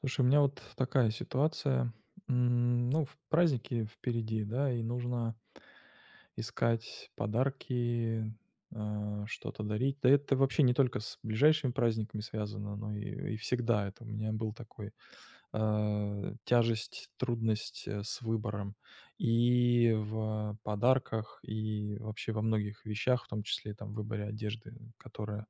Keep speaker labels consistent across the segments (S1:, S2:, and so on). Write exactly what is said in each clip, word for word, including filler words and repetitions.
S1: Слушай, у меня вот такая ситуация. М, Ну, в праздники впереди, да, и нужно искать подарки, а, что-то дарить. Да это вообще не только с ближайшими праздниками связано, но и, и всегда это у меня был такой, а, тяжесть, трудность, э, с выбором и в подарках, и вообще во многих вещах, в том числе и там в выборе одежды, которая,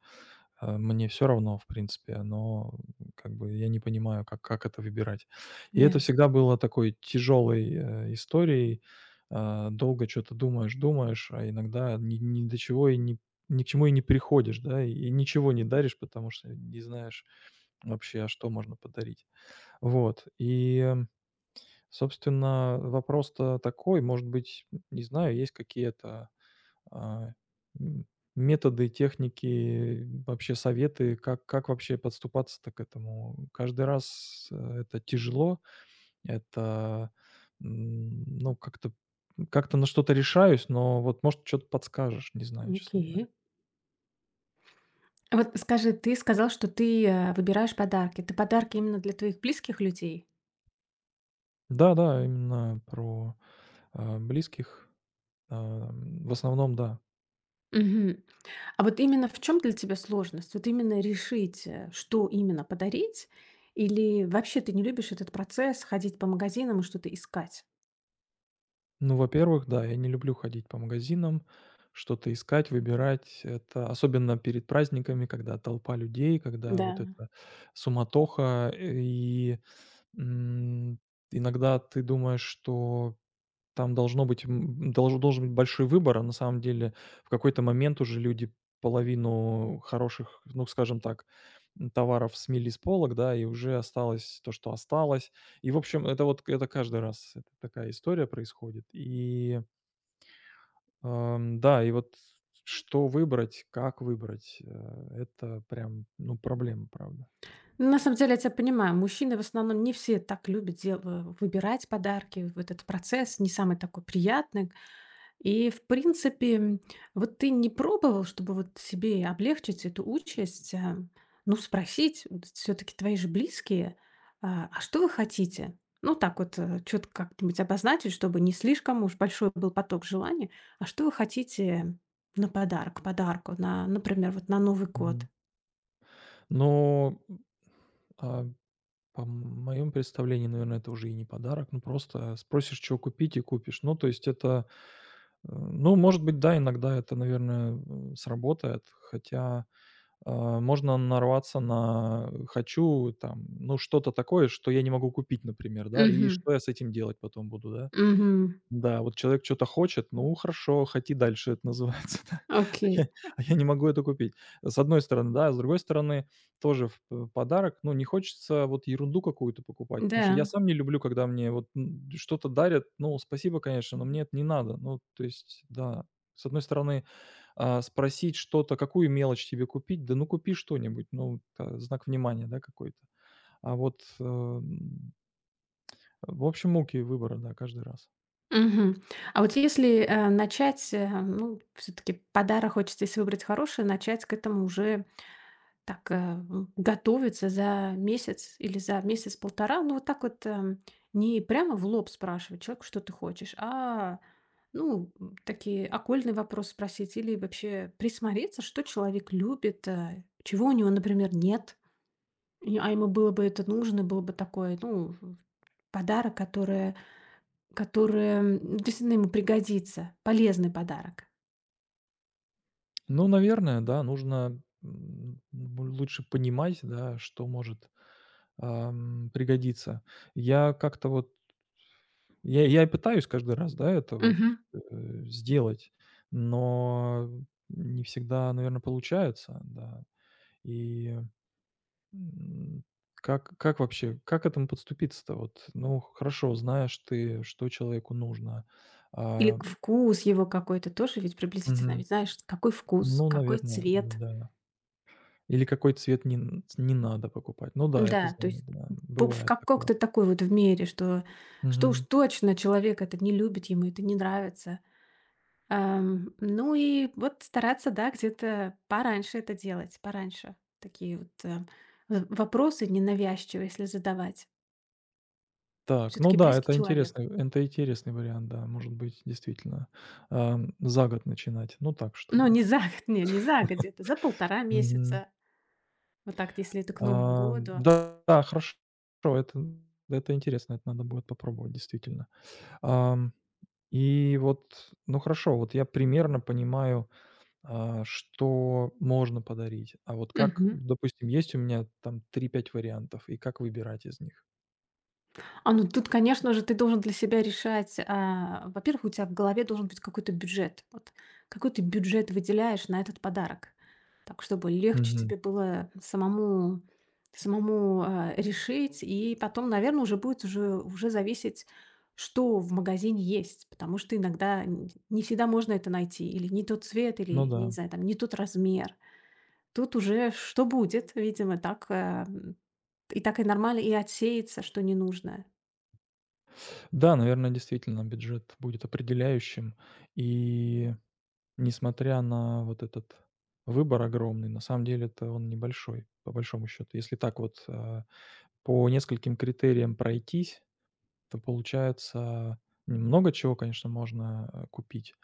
S1: Э, мне все равно, в принципе, но, м, как бы я не понимаю, как как это выбирать. И это
S2: Ясно.
S1: всегда было такой тяжелой, э, историей. Э, долго что то думаешь, думаешь, а иногда ни ни до чего и ни ни к чему и не приходишь, да, и ничего не даришь, потому что не знаешь вообще, а что можно подарить. Вот, и, э, собственно, вопрос-то такой, может быть, не знаю, есть какие-то а, м, методы, техники, вообще советы, как как вообще подступаться-то к этому? Каждый раз, э, это тяжело, это, м, ну, как-то, как-то на что-то решаюсь, но вот, может, что то подскажешь, не знаю, честно говоря.
S2: Окей. А вот скажи, ты сказал, что ты, э, выбираешь подарки. Ты подарки именно для твоих близких людей?
S1: Да-да, именно про, а, близких. Ам, в основном, да.
S2: Мгм. А вот именно в чем для тебя сложность? Вот именно решить, э, что именно подарить? Или вообще ты не любишь этот процесс, ходить по магазинам и что-то искать?
S1: Ну, во-первых, да, я не люблю ходить по магазинам, что-то искать, выбирать. Это особенно перед праздниками, когда толпа людей, когда
S2: Да.
S1: вот эта суматоха. И м, иногда ты думаешь, что там должно быть, м, долж должен быть большой выбор, а на самом деле в какой-то момент уже люди половину хороших, ну, скажем так, м, товаров смели с полок, да, и уже осталось то, что осталось. И, в общем, это вот это каждый раз это такая история происходит. И, ам, да, и вот что выбрать, как выбрать, э, это прям, ну, проблема, правда.
S2: Ну, на самом деле я тебя понимаю. Мужчины в основном не все так любят дел э, выбирать подарки. Вот этот процесс не самый такой приятный. И, в принципе, вот ты не пробовал, чтобы вот себе облегчить эту участь, а, ну, спросить, все таки твои же близкие: а: "А что вы хотите?" Ну, так вот, что-то как-нибудь обозначить, чтобы не слишком уж большой был поток желаний. "А что вы хотите на подарок, подарку, на, например, вот на Новый
S1: Мгм.
S2: год?"
S1: Но, а По моем представлении, наверное, это уже и не подарок. Ну, просто спросишь, чё купить, и купишь. Ну, то есть это, э, ну, может быть, да, иногда это, наверное, м, сработает, хотя, а, можно нарваться на э, "хочу", там, ну, что-то такое, что я не могу купить, например, да, и
S2: Мгм.
S1: что я с этим делать потом буду, да?
S2: Мгм.
S1: Да, вот человек что то хочет, ну хорошо, хоти дальше, это называется, да. А я
S2: Окей.
S1: а я не могу это купить. С одной стороны, да, а с другой стороны, тоже в п подарок, ну, не хочется вот ерунду какую-то покупать, потому что
S2: Да.
S1: я сам не люблю, когда мне вот, м, что-то дарят. Ну, спасибо, конечно, но мне это не надо. Ну, то есть, да, с одной стороны, а, спросить что-то, какую мелочь тебе купить? Да ну купи что-нибудь, ну, та знак внимания, да, какой-то. А вот, эм, в общем, муки выбора, да, каждый раз.
S2: Мгм. А вот если, э, начать, э, ну, все таки подарок хочется, если выбрать хороший, начать к этому уже. Так, э, Готовиться за месяц или за месяц-полтора. Ну, вот так вот, эм, не прямо в лоб спрашивать человека, что ты хочешь, а, ну, м, такие окольные вопросы спросить или вообще присмотреться, что человек любит, э, чего у него, например, нет. И- А ему было бы это нужно, было бы такое, ну, подарок, который, который м, действительно ему пригодится, полезный подарок.
S1: Ну, наверное, да, нужно, м, бу лучше понимать, да, что может, ам, пригодиться. Я как-то вот я я и пытаюсь каждый раз, да, это вот,
S2: Мгм.
S1: э, сделать, но не всегда, наверное, получается, да. И, м, как как вообще, как к этому подступиться-то? Вот, ну, хорошо, знаешь ты, что человеку нужно.
S2: Или
S1: А,
S2: вкус его какой-то тоже ведь приблизительно,
S1: мгм.
S2: ведь знаешь, какой вкус,
S1: Ну,
S2: какой
S1: наверное,
S2: цвет.
S1: да. Или какой цвет не н не надо покупать. Ну да, это
S2: Да, то
S1: знаю,
S2: есть
S1: да,
S2: по в
S1: бывает такое.
S2: каком-то такой вот в мере, что что уж
S1: Мгм.
S2: точно человек это не любит, ему это не нравится. Ам, ну и вот стараться, да, где-то пораньше это делать, пораньше. Такие вот, э, в вопросы ненавязчивые, если задавать.
S1: Так,
S2: Все
S1: ну
S2: таки
S1: да,
S2: близкий
S1: это
S2: человек.
S1: интересный, это интересный вариант, да, может быть, действительно, ам, за год начинать. Ну так,
S2: Но
S1: чтобы.
S2: не за год, не, не за год, где-то за полтора
S1: Мгм.
S2: месяца. Вот так, если это к Новому
S1: А,
S2: году.
S1: да, да, хорошо, это это интересно, это надо будет попробовать действительно. Ам, и вот, ну хорошо, вот я примерно понимаю, а, что можно подарить. А вот как, допустим, есть у меня там три пять вариантов, и как выбирать из них?
S2: А, ну тут, конечно же, ты должен для себя решать. а, во-первых, у тебя в голове должен быть какой-то бюджет. Вот какой ты бюджет выделяешь на этот подарок, так чтобы легче
S1: Мгм.
S2: тебе было самому самому а, решить, и потом, наверное, уже будет уже уже зависеть, что в магазине есть, потому что иногда н- не всегда можно это найти, или не тот цвет,
S1: Ну
S2: или я не
S1: да.
S2: знаю, там не тот размер. Тут уже что будет, видимо, так а, м, и так и нормально и отсеется, что ненужное.
S1: Да, наверное, действительно, бюджет будет определяющим. И несмотря на вот этот выбор огромный, на самом деле-то он небольшой, по большому счету. Если так вот, э, по нескольким критериям пройтись, то получается немного чего, конечно, можно, э, купить,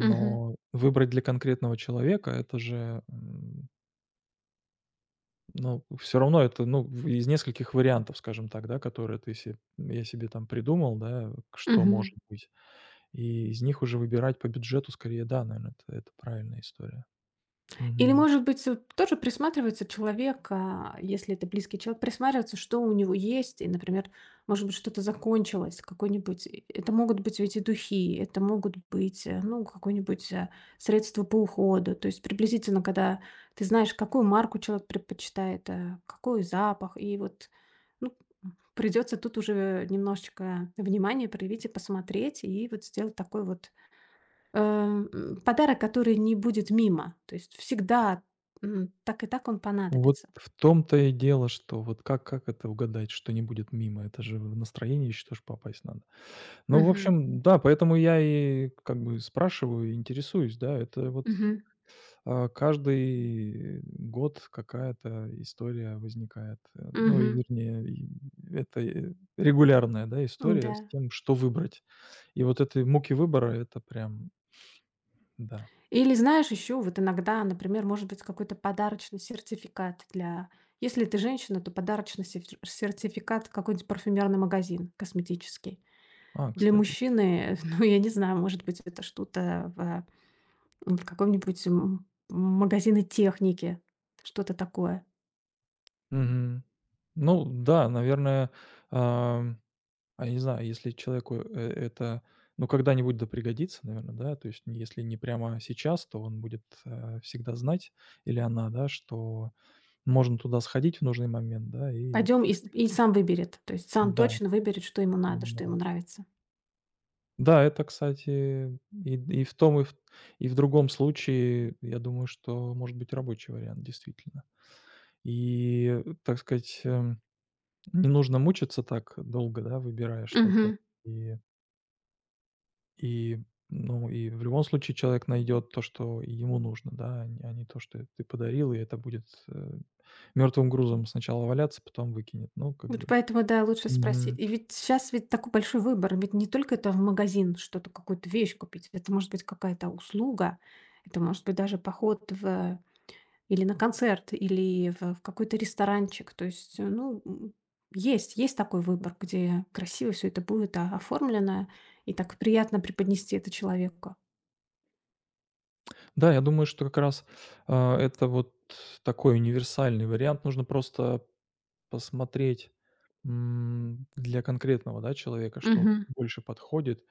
S2: Мгм.
S1: выбрать для конкретного человека — это же. Ну, все равно это, ну, в из нескольких вариантов, скажем так, да, которые ты се я себе там придумал, да, что
S2: Мгм.
S1: может быть. И из них уже выбирать по бюджету скорее, да, наверное, это это правильная история.
S2: Или,
S1: Мгм.
S2: может быть, э, тоже присматривается человек, а, если это близкий человек, присматривается, что у него есть. И, например, может быть, что-то закончилось, какой-нибудь. э, Это могут быть ведь и духи, это могут быть, э, ну, какое-нибудь э, средство по уходу. То есть приблизительно, когда ты знаешь, какую марку человек предпочитает, э, какой запах, и вот, ну, придется тут уже немножечко внимания проявить и посмотреть, и вот сделать такой вот. Эм, Подарок, который не будет мимо. То есть всегда, м, так и так он
S1: Вот
S2: понадобится.
S1: в том-то и дело, что вот как как это угадать, что не будет мимо? Это же в настроение еще тоже попасть надо. Ну, в
S2: Мгм.
S1: общем, да, поэтому я и как бы спрашиваю, и интересуюсь, да. Это вот.
S2: Мгм.
S1: А, каждый год какая-то история возникает. Э, ну, и
S2: Мгм.
S1: вернее, и это, э, регулярная, да,
S2: Да.
S1: история с тем, что выбрать. И вот этой муки выбора — это прям, да.
S2: Или знаешь, еще вот иногда, например, может быть какой-то подарочный сертификат для... Если ты женщина, то подарочный сер- сертификат в какой-нибудь парфюмерный магазин косметический.
S1: А,
S2: Для
S1: кстати.
S2: мужчины, ну, я не знаю, может быть, это что-то в, в каком-нибудь м, магазине техники, что-то такое.
S1: Мгм. Ну да, наверное, ам, а я не знаю, если человеку, э, это, ну, когда-нибудь да пригодится, наверное, да. То есть, если не прямо сейчас, то он будет, э, всегда знать или она, да, что можно туда сходить в нужный момент, да, и
S2: Пойдем
S1: так
S2: и с и
S1: сказать.
S2: сам выберет. То есть сам
S1: Да,
S2: точно выберет, что ему надо, что ему
S1: да,
S2: нравится.
S1: да, это, кстати, и и в том, и в и в другом случае, я думаю, что может быть рабочий вариант, действительно. И, э, так сказать, эм, не нужно мучиться так долго, да, выбирая что-то.
S2: Мгм.
S1: И и, ну, и в любом случае человек найдет то, что ему нужно, да, а не а не то, что ты подарил, и это будет, э, мертвым грузом сначала валяться, потом выкинет. Ну, как
S2: Вот
S1: бы.
S2: поэтому, да, лучше спросить.
S1: Мгм.
S2: И ведь сейчас ведь такой большой выбор. Ведь не только это в магазин что-то, какую-то вещь купить. Это может быть какая-то услуга. Это может быть даже поход в или на концерт, или в в какой-то ресторанчик. То есть, э, ну, м, есть есть такой выбор, где красиво все это будет, а, оформлено, и так приятно преподнести это человеку.
S1: Да, я думаю, что как раз, а, это вот такой универсальный вариант. Нужно просто посмотреть, м, для конкретного, да, человека, что
S2: Мгм.
S1: больше подходит.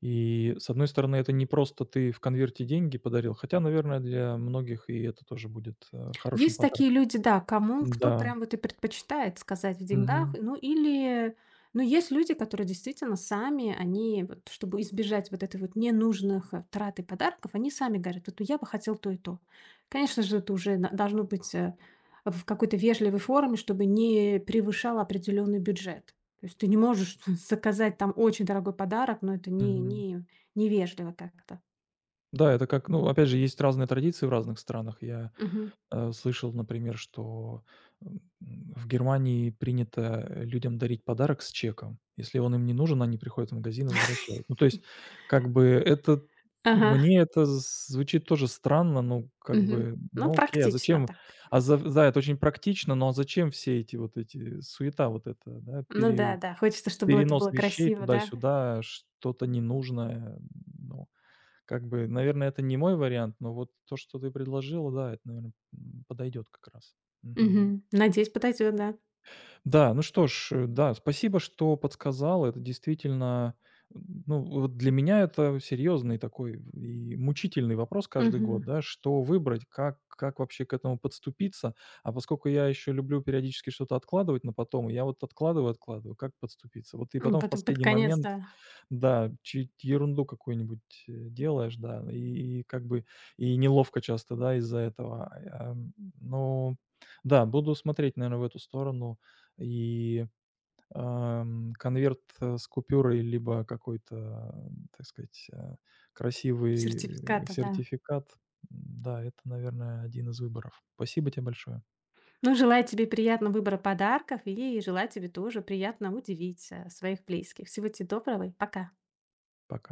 S1: И, с одной стороны, это не просто ты в конверте деньги подарил, хотя, наверное, для многих и это тоже будет, э, хорошим
S2: Есть такие
S1: подарком.
S2: люди, да, кому кто
S1: Да.
S2: прям вот и предпочитает сказать в деньгах.
S1: Мгм.
S2: Ну или, ну есть люди, которые действительно сами, они вот, чтобы избежать вот этой вот ненужных э, трат и подарков, они сами говорят, вот ну, я бы хотел то и то. Конечно же, это уже на- должно быть э, в какой-то вежливой форме, чтобы не превышал определенный бюджет. То есть ты не можешь заказать там очень дорогой подарок, но это не,
S1: Мгм.
S2: не, невежливо как-то.
S1: Да, это как, ну, опять же, есть разные традиции в разных странах. Я
S2: Мгм.
S1: Э, слышал, например, что, м, в Германии принято, э, людям дарить подарок с чеком. Если он им не нужен, они приходят в магазин и возвращают. Ну, то есть, как бы это
S2: Ага.
S1: мне это з звучит тоже странно, ну, как
S2: Мгм.
S1: бы,
S2: Ну,
S1: ну, окей, а
S2: практично
S1: зачем?
S2: так.
S1: А за да, это очень практично, но а зачем все эти вот эти суета вот это да,
S2: Ну да,
S1: пере
S2: да, хочется, чтобы это было
S1: перенос вещей
S2: красиво, да?
S1: туда-сюда, что-то ненужное, ну как бы, наверное, это не мой вариант, но вот то, что ты предложила, да, это, наверное, подойдет как раз. Мгм.
S2: Мгм. Надеюсь, подойдет, да.
S1: Да, ну что ж, э, да, спасибо, что подсказал. Это действительно, ну, вот для меня это серьезный такой и мучительный вопрос каждый
S2: Мгм.
S1: год, да, что выбрать, как, как вообще к этому подступиться. А поскольку я еще люблю периодически что-то откладывать на потом, я вот откладываю, откладываю, как подступиться. Вот и
S2: М,
S1: потом в
S2: потом под
S1: последний
S2: конец,
S1: момент,
S2: да,
S1: да, чи- ерунду какую-нибудь э, делаешь, да, и, и как бы и неловко часто, да, из-за этого. А, м, Но да, буду смотреть, наверное, в эту сторону. И, ам, конверт, э, с купюрой либо какой-то, так сказать, э, красивый э,
S2: сертификата, да.
S1: сертификат. Да, это, наверное, один из выборов. Спасибо тебе большое.
S2: Ну, желаю тебе приятного выбора подарков и желаю тебе тоже приятно удивить, э, своих близких. Всего тебе доброго и пока.
S1: Пока.